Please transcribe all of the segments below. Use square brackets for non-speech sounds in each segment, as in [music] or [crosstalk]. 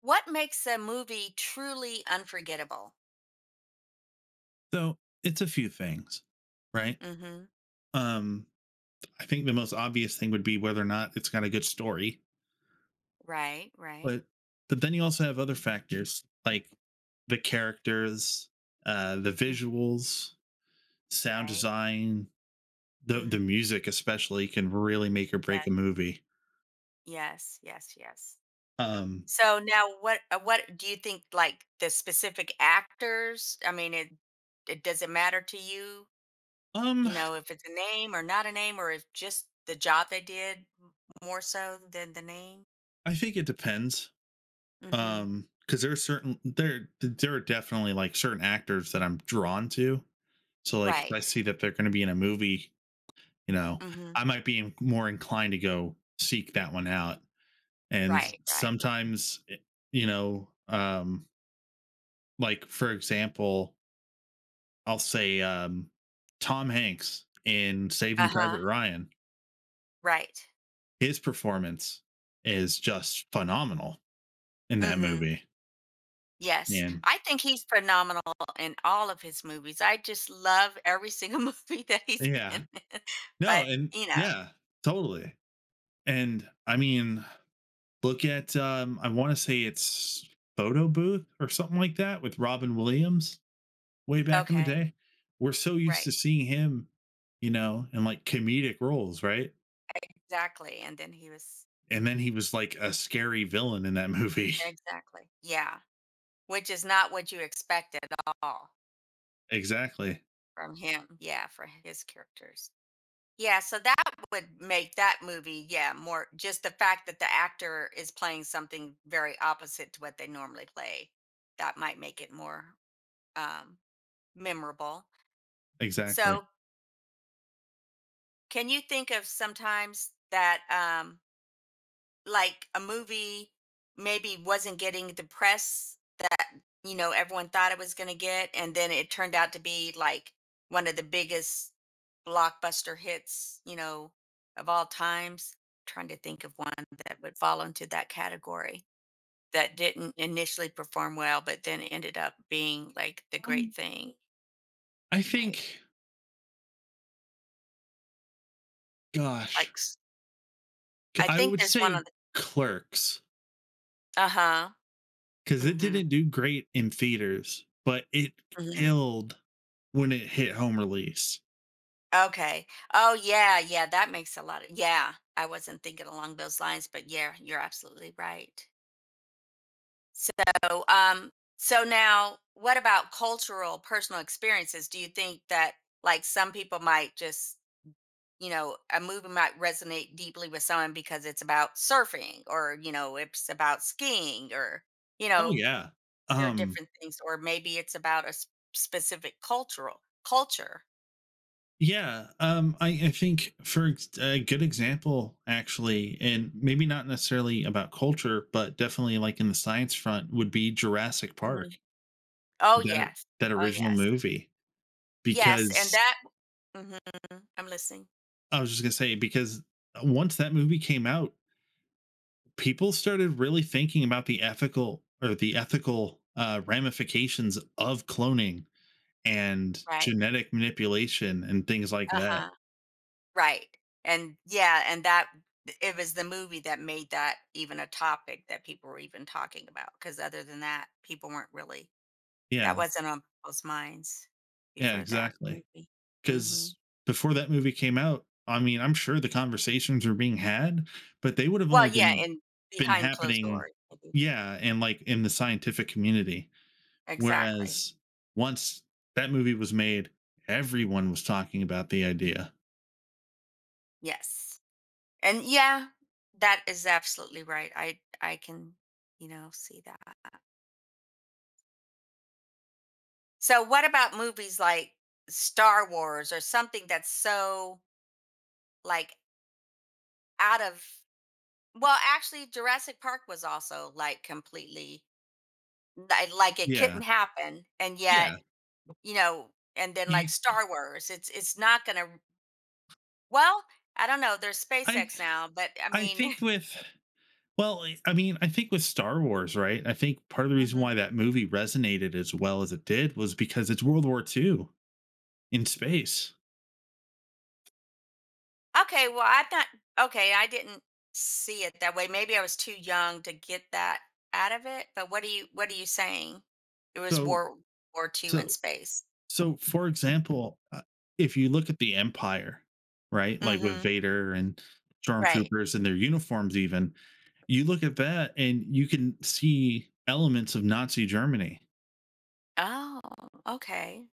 What makes a movie truly unforgettable? So it's a few things, right? Mhm. Um, I think the most obvious thing would be whether or not it's got a good story, Right, right. but but then you also have other factors like the characters, the Mm. visuals, sound Right. design, the Mhm. music especially can really make or break a movie. Yes, yes, yes. Um, So now what do you think like the specific actors? I mean, it does it matter to you, you um, know, if it's a name or not a name or if just the job they did more so than the name? I think it depends. Mhm. Because there are definitely like certain actors that I'm drawn to. So like if I Right. see that they're going to be in a movie, you know, Mhm. I might be more inclined to go seek that one out and Right, right. sometimes you know, like for example i'll say tom hanks in saving Uh-huh. private ryan. Right. His performance is just phenomenal in that Mhm. movie. Yes, And I think he's phenomenal in all of his movies. I just love every single [laughs] movie that he's yeah, been in, [laughs] no but, and you know. yeah, totally. And I mean, look at I want to say it's photo booth or something like that with robin williams way back in the Okay, day. We're so used right, to seeing him, you know, in like comedic roles, right? exactly, and then he was. And then he was like a scary villain in that movie. Exactly, yeah, which is not what you expect at all [laughs] Exactly. from him, yeah, for his characters. Yeah, so that would make that movie, yeah, more just the fact that the actor is playing something very opposite to what they normally play, that might make it more, um, memorable. Exactly. So, can you think of sometimes that, like a movie maybe wasn't getting the press that, you know, everyone thought it was going to get, and then it turned out to be like one of the biggest blockbuster hits, you know, of all times? Trying to think of one that would fall into that category that didn't initially perform well, but then ended up being like the great Um, thing, I right? think, Like, gosh, s- I I think would there's one on say the, Clerks, uh huh. because it didn't Mm do great in theaters, but it hmm. killed when it hit home release. Okay. Oh, yeah, yeah, that makes a lot of, yeah, I wasn't thinking along those lines, but yeah, you're absolutely right. So, um, so now what about cultural personal experiences? Do you think that like some people might just, you know, a movie might resonate deeply with someone because it's about surfing or, you know, it's about skiing or, you Oh know, yeah. there are Um, different things, or maybe it's about a specific cultural culture. yeah, I think for a good example, actually, and maybe not necessarily about culture, but definitely like in the science front, would be Jurassic Mhm. Park, Oh, that yes. that Oh, original yes. movie. Yes, and Because that, mhm, I'm listening. I was just gonna say, because once that movie came out, people started really thinking about the ethical or the ethical ramifications of cloning and Right, genetic manipulation and things like that. uh-huh, right, and yeah, and that it was the movie that made that even a topic that people were even talking about. Because other than that, people weren't really that Yeah, wasn't on people's minds yeah, before that exactly. movie. Mhm. Because before that movie came out, I mean, I'm sure the conversations were being had, but they would have Well, only yeah, been and been behind closed happening, doors, maybe. yeah, and like in the scientific community. Exactly, Whereas once that movie was made, everyone was talking about the idea. yes, and yeah, that is absolutely right, I can, you know, see that. So what about movies like Star Wars or something that's so like out of, well, actually Jurassic Park was also like completely li- like it Yeah, couldn't happen and yet, yeah. you know, and then like You, Star Wars, it's not going to, well, I don't know, there's I, SpaceX now, but I I mean. think with, well, I mean, I think with Star Wars, right? I think part of the reason why [laughs] that movie resonated as well as it did was because it's World War II in space. Okay, well, I'm not, okay, I didn't see it that way. Maybe I was too young to get that out of it, but what are you saying? It was So, World War Two in so space. So, for example, if you look at the Empire, right, like with Mhm. Vader and Right. stormtroopers and their uniforms, even you look at that and you can see elements of Nazi Germany. Oh, okay.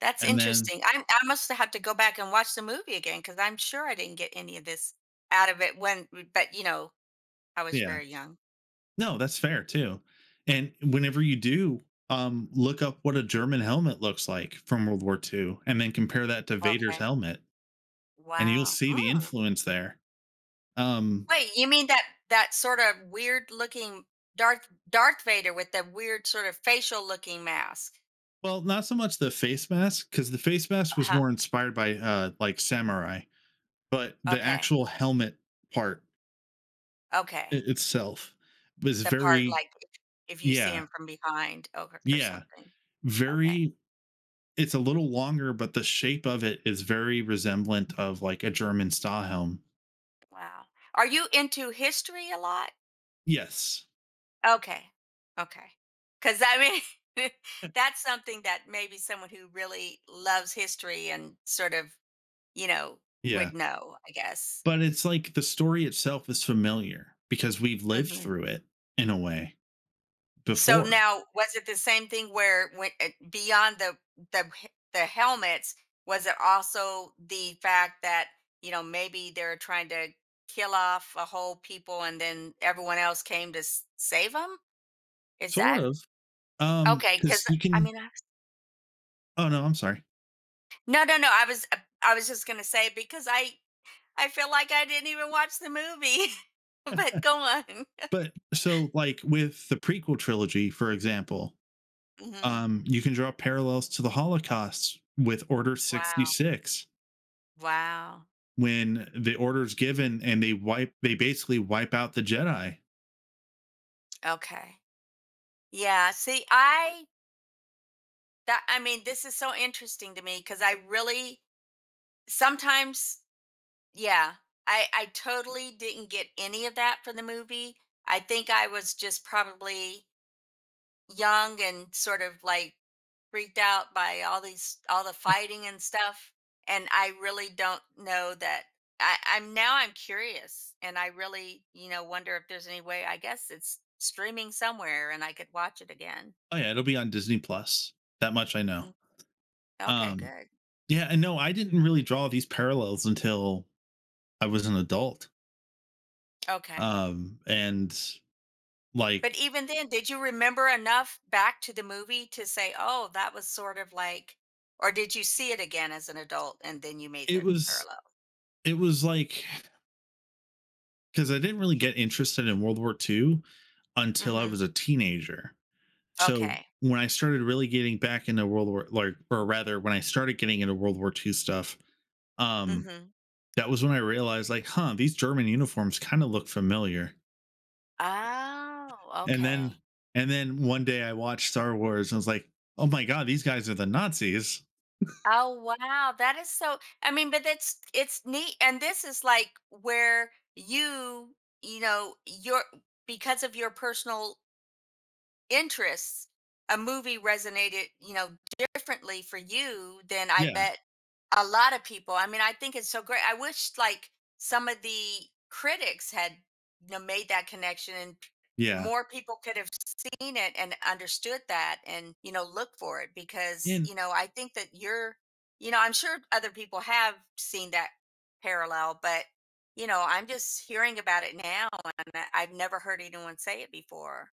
That's And then, interesting. I must have to go back and watch the movie again because I'm sure I didn't get any of this out of it when, but you know, I was yeah, very young. no, that's fair too. And whenever you do, look up what a German helmet looks like from World War II, and then compare that to Vader's Okay. helmet, and you'll Wow. see the influence there. Um, Wait, you mean that that sort of weird looking Darth Vader with the weird sort of facial looking mask? Well, not so much the face mask because the face mask was Uh-huh. more inspired by like samurai, but the Okay. actual helmet part Okay. itself was The part very, like if you see yeah, him from behind or yeah, something. Okay. very. It's a little longer, but the shape of it is very resemblant of like a German Stahlhelm. Wow. Are you into history a lot? Yes, Okay. Okay. Cuz I mean [laughs] [laughs] that's something that maybe someone who really loves history and sort of, you know, yeah, would know, I guess. but it's like the story itself is familiar because we've lived Mm-hmm. through it in a way So before, now, was it the same thing where when beyond the the helmets, was it also the fact that, you know, maybe they're trying to kill off a whole people and then everyone else came to save them? Is sort that of. Okay? Because Because you I can. mean, I, Oh no, I'm sorry. no, no, no. I was just gonna say because I feel like I didn't even watch the movie, [laughs] but go on. But so like with the prequel trilogy, for example, [laughs] Hmm. You can draw parallels to the holocaust with order Wow. 66, Wow. when the order is given and they basically wipe out the jedi. Okay. Yeah. See, I, that I mean, this is so interesting to me because I really sometimes, yeah, I totally didn't get any of that from the movie. I think I was just probably young and sort of like freaked out by all these all the Yeah. fighting and stuff. And I really don't know that I, I'm now I'm curious and I really, you know, wonder if there's any way I guess it's streaming somewhere and I could watch it again. Oh yeah, it'll be on Disney Plus. That much I know. Mm. Okay, Um, good. yeah, and no, I didn't really draw these parallels until I was an adult. Okay. And But like even then, did you remember enough back to the movie to say, "Oh, that was sort of like," or did you see it again as an adult and then you made it the was parallel? it was like because I didn't really get interested in World War II until I was Mhm. a teenager. So Okay. when I started really getting back into World War like or rather when I started getting into World War II stuff, um, Mhm. that was when I realized like, huh, these German uniforms kind of look familiar. Oh, and then okay. and then one day I watched Star Wars and I was like, oh my god, these guys are the Nazis. Oh, wow, that is so, I mean, but that's it's neat, and this is like where you know, your because of your personal interests, a movie resonated, you know, differently for you than I Yeah, bet a lot of people. I mean, I think it's so great. I wish like some of the critics had, you know, made that connection and yeah, more people could have seen it and understood that and, you know, look for it because, and you know, I think that you're, you know, I'm sure other people have seen that parallel, but, you know, I'm just hearing about it now and I've never heard anyone say it before.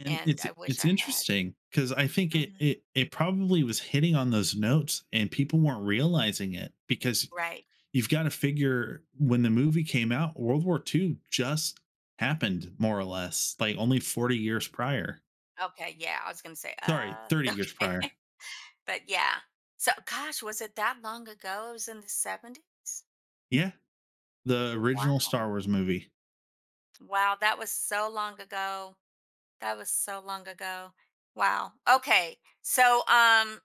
and And it's I wish it's I had. interesting because I think it Mhm. it it probably was hitting on those notes and people weren't realizing it because Right. you've got to figure when the movie came out, World War Two just happened more or less, like only 40 years prior. Okay, yeah, I was gonna say, Sorry, 30 [laughs] years prior. okay. [laughs] But yeah. So gosh, was it that long ago? It was in the 70s? Yeah. The original Star Wow. Wars movie. Wow, that was so long ago. That was so long ago. Wow. Okay. So, um,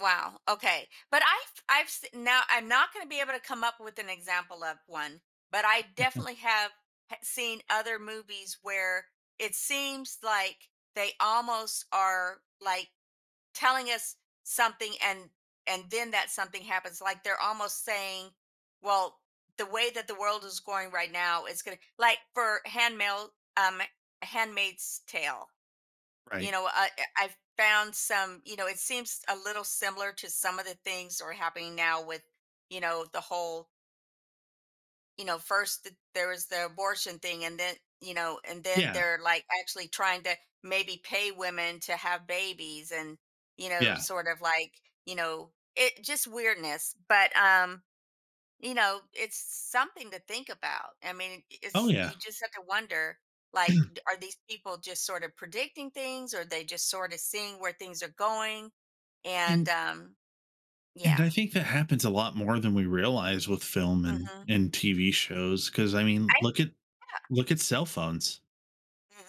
wow. Okay. But now I'm not going to be able to come up with an example of one, but I definitely have seen other movies where it seems like they almost are like telling us something and then that something happens like they're almost saying, well, the way that the world is going right now is going to like for handmail um Handmaid's Tale, you Right. know, have found some, you know, it seems a little similar to some of the things that are happening now with, you know, the whole, you know, first there was the abortion thing and then, you know, and then Yeah. they're like actually trying to maybe pay women to have babies and, you know, Yeah. sort of like, you know, it just weirdness. But you know, it's something to think about. I mean, Oh it's yeah. you just have to wonder, like, [clears throat] are these people just sort of predicting things, or they just sort of seeing where things are going? And and and yeah. I think that happens a lot more than we realize with film and Mm-hmm. TV shows, cuz I mean, I, look at cell phones. mhm.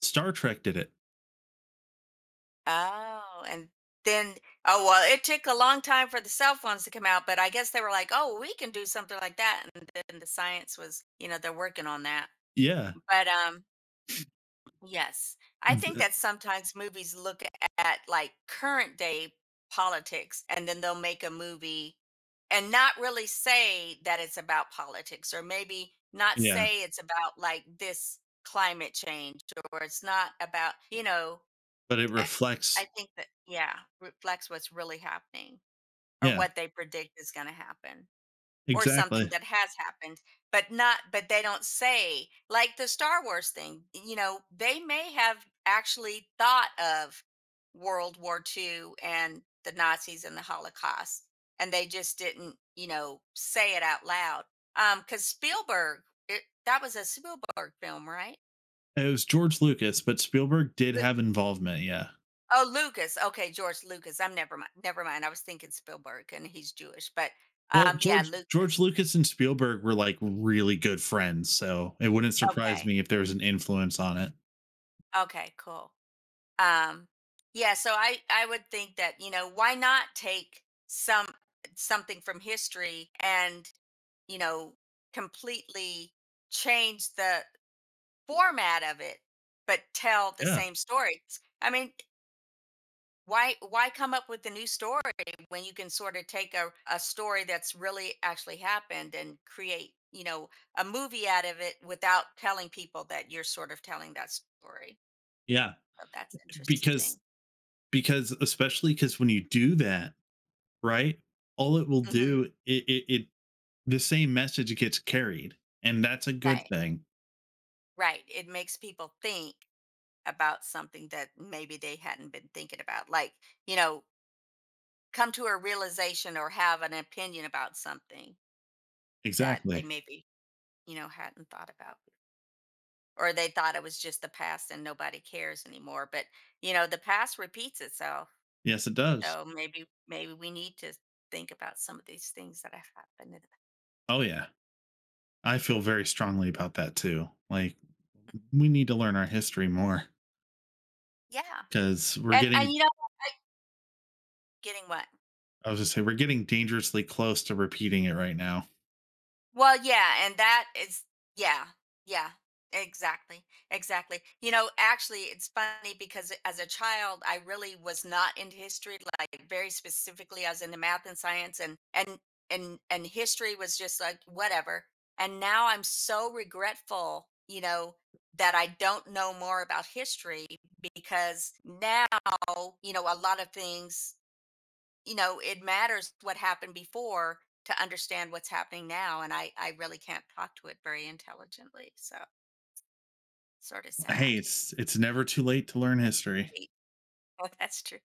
Star Trek did it. Oh, and then, oh well, it took a long time for the cell phones to come out, but I guess they were like, oh, we can do something like that, and then the science was, you know, they're working on that. Yeah. But yes. I V- think uh, that sometimes movies look at like current day politics and then they'll make a movie and not really say that it's about politics or maybe not Yeah, say it's about like this climate change or it's not about, you know, but it eh, reflects, I think that, yeah, reflects what's really happening or yeah, what they predict is going to happen or something exactly. that has happened, but not but they don't say like the Star Wars thing, you know, they may have actually thought of World War Two and the Nazis and the Holocaust, and they just didn't, you know, say it out loud. Because Spielberg, it, that was a Spielberg film, right? It was George Lucas, but Spielberg did Lu- have involvement. Yeah. Oh, Lucas. Okay, George Lucas. I'm, never mind. Never mind. I was thinking Spielberg, and he's Jewish, but Well, yeah, George Lucas. Lucas and Spielberg were like really good friends, so it wouldn't surprise Okay, me if there was an influence on it. okay, cool. Um, yeah, so I would think that, you know, why not take some something from history and, you know, completely change the format of it but tell the Yeah. same stories, I mean, why come up with a new story when you can sort of take a story that's really actually happened and create, you know, a movie out of it without telling people that you're sort of telling that story, Yeah. so that's Because interesting. because especially because when you do that, right? All it will Hmm. do it it, it the same message gets carried, and that's a good Right. thing. Right. It makes people think about something that maybe they hadn't been thinking about, like, you know, come to a realization or have an opinion about something that they Exactly. maybe, you know, hadn't thought about. Or they thought it was just the past and nobody cares anymore. But, you know, the past repeats itself. Yes, it does. So maybe, maybe we need to think about some of these things that have happened in the. Oh yeah. I feel very strongly about that too. Like we need to learn our history more Yeah. because we're And, getting, you know, getting what? I was gonna say, we're getting dangerously close to repeating it right now. Well, yeah, and that is, yeah. Yeah. Exactly. Exactly. You know, actually it's funny because as a child I really was not into history, like very specifically I was into math and science and history was just like whatever. And now I'm so regretful, you know, that I don't know more about history because now, you know, a lot of things, you know, it matters what happened before to understand what's happening now and I really can't talk to it very intelligently, so sort of Hey, sad. it's never too late to learn history. Wait, [laughs] oh that's true.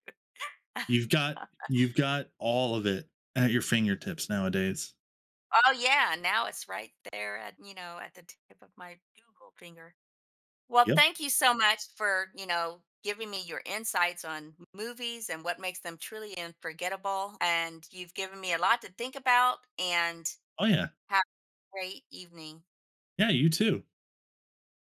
You've got [laughs] you've got all of it at your fingertips nowadays. Oh yeah, now it's right there at, you know, at the tip of my Google finger. Well, Yep. thank you so much for, you know, giving me your insights on movies and what makes them truly unforgettable, and you've given me a lot to think about, and Oh yeah. have a great evening. Yeah, you too.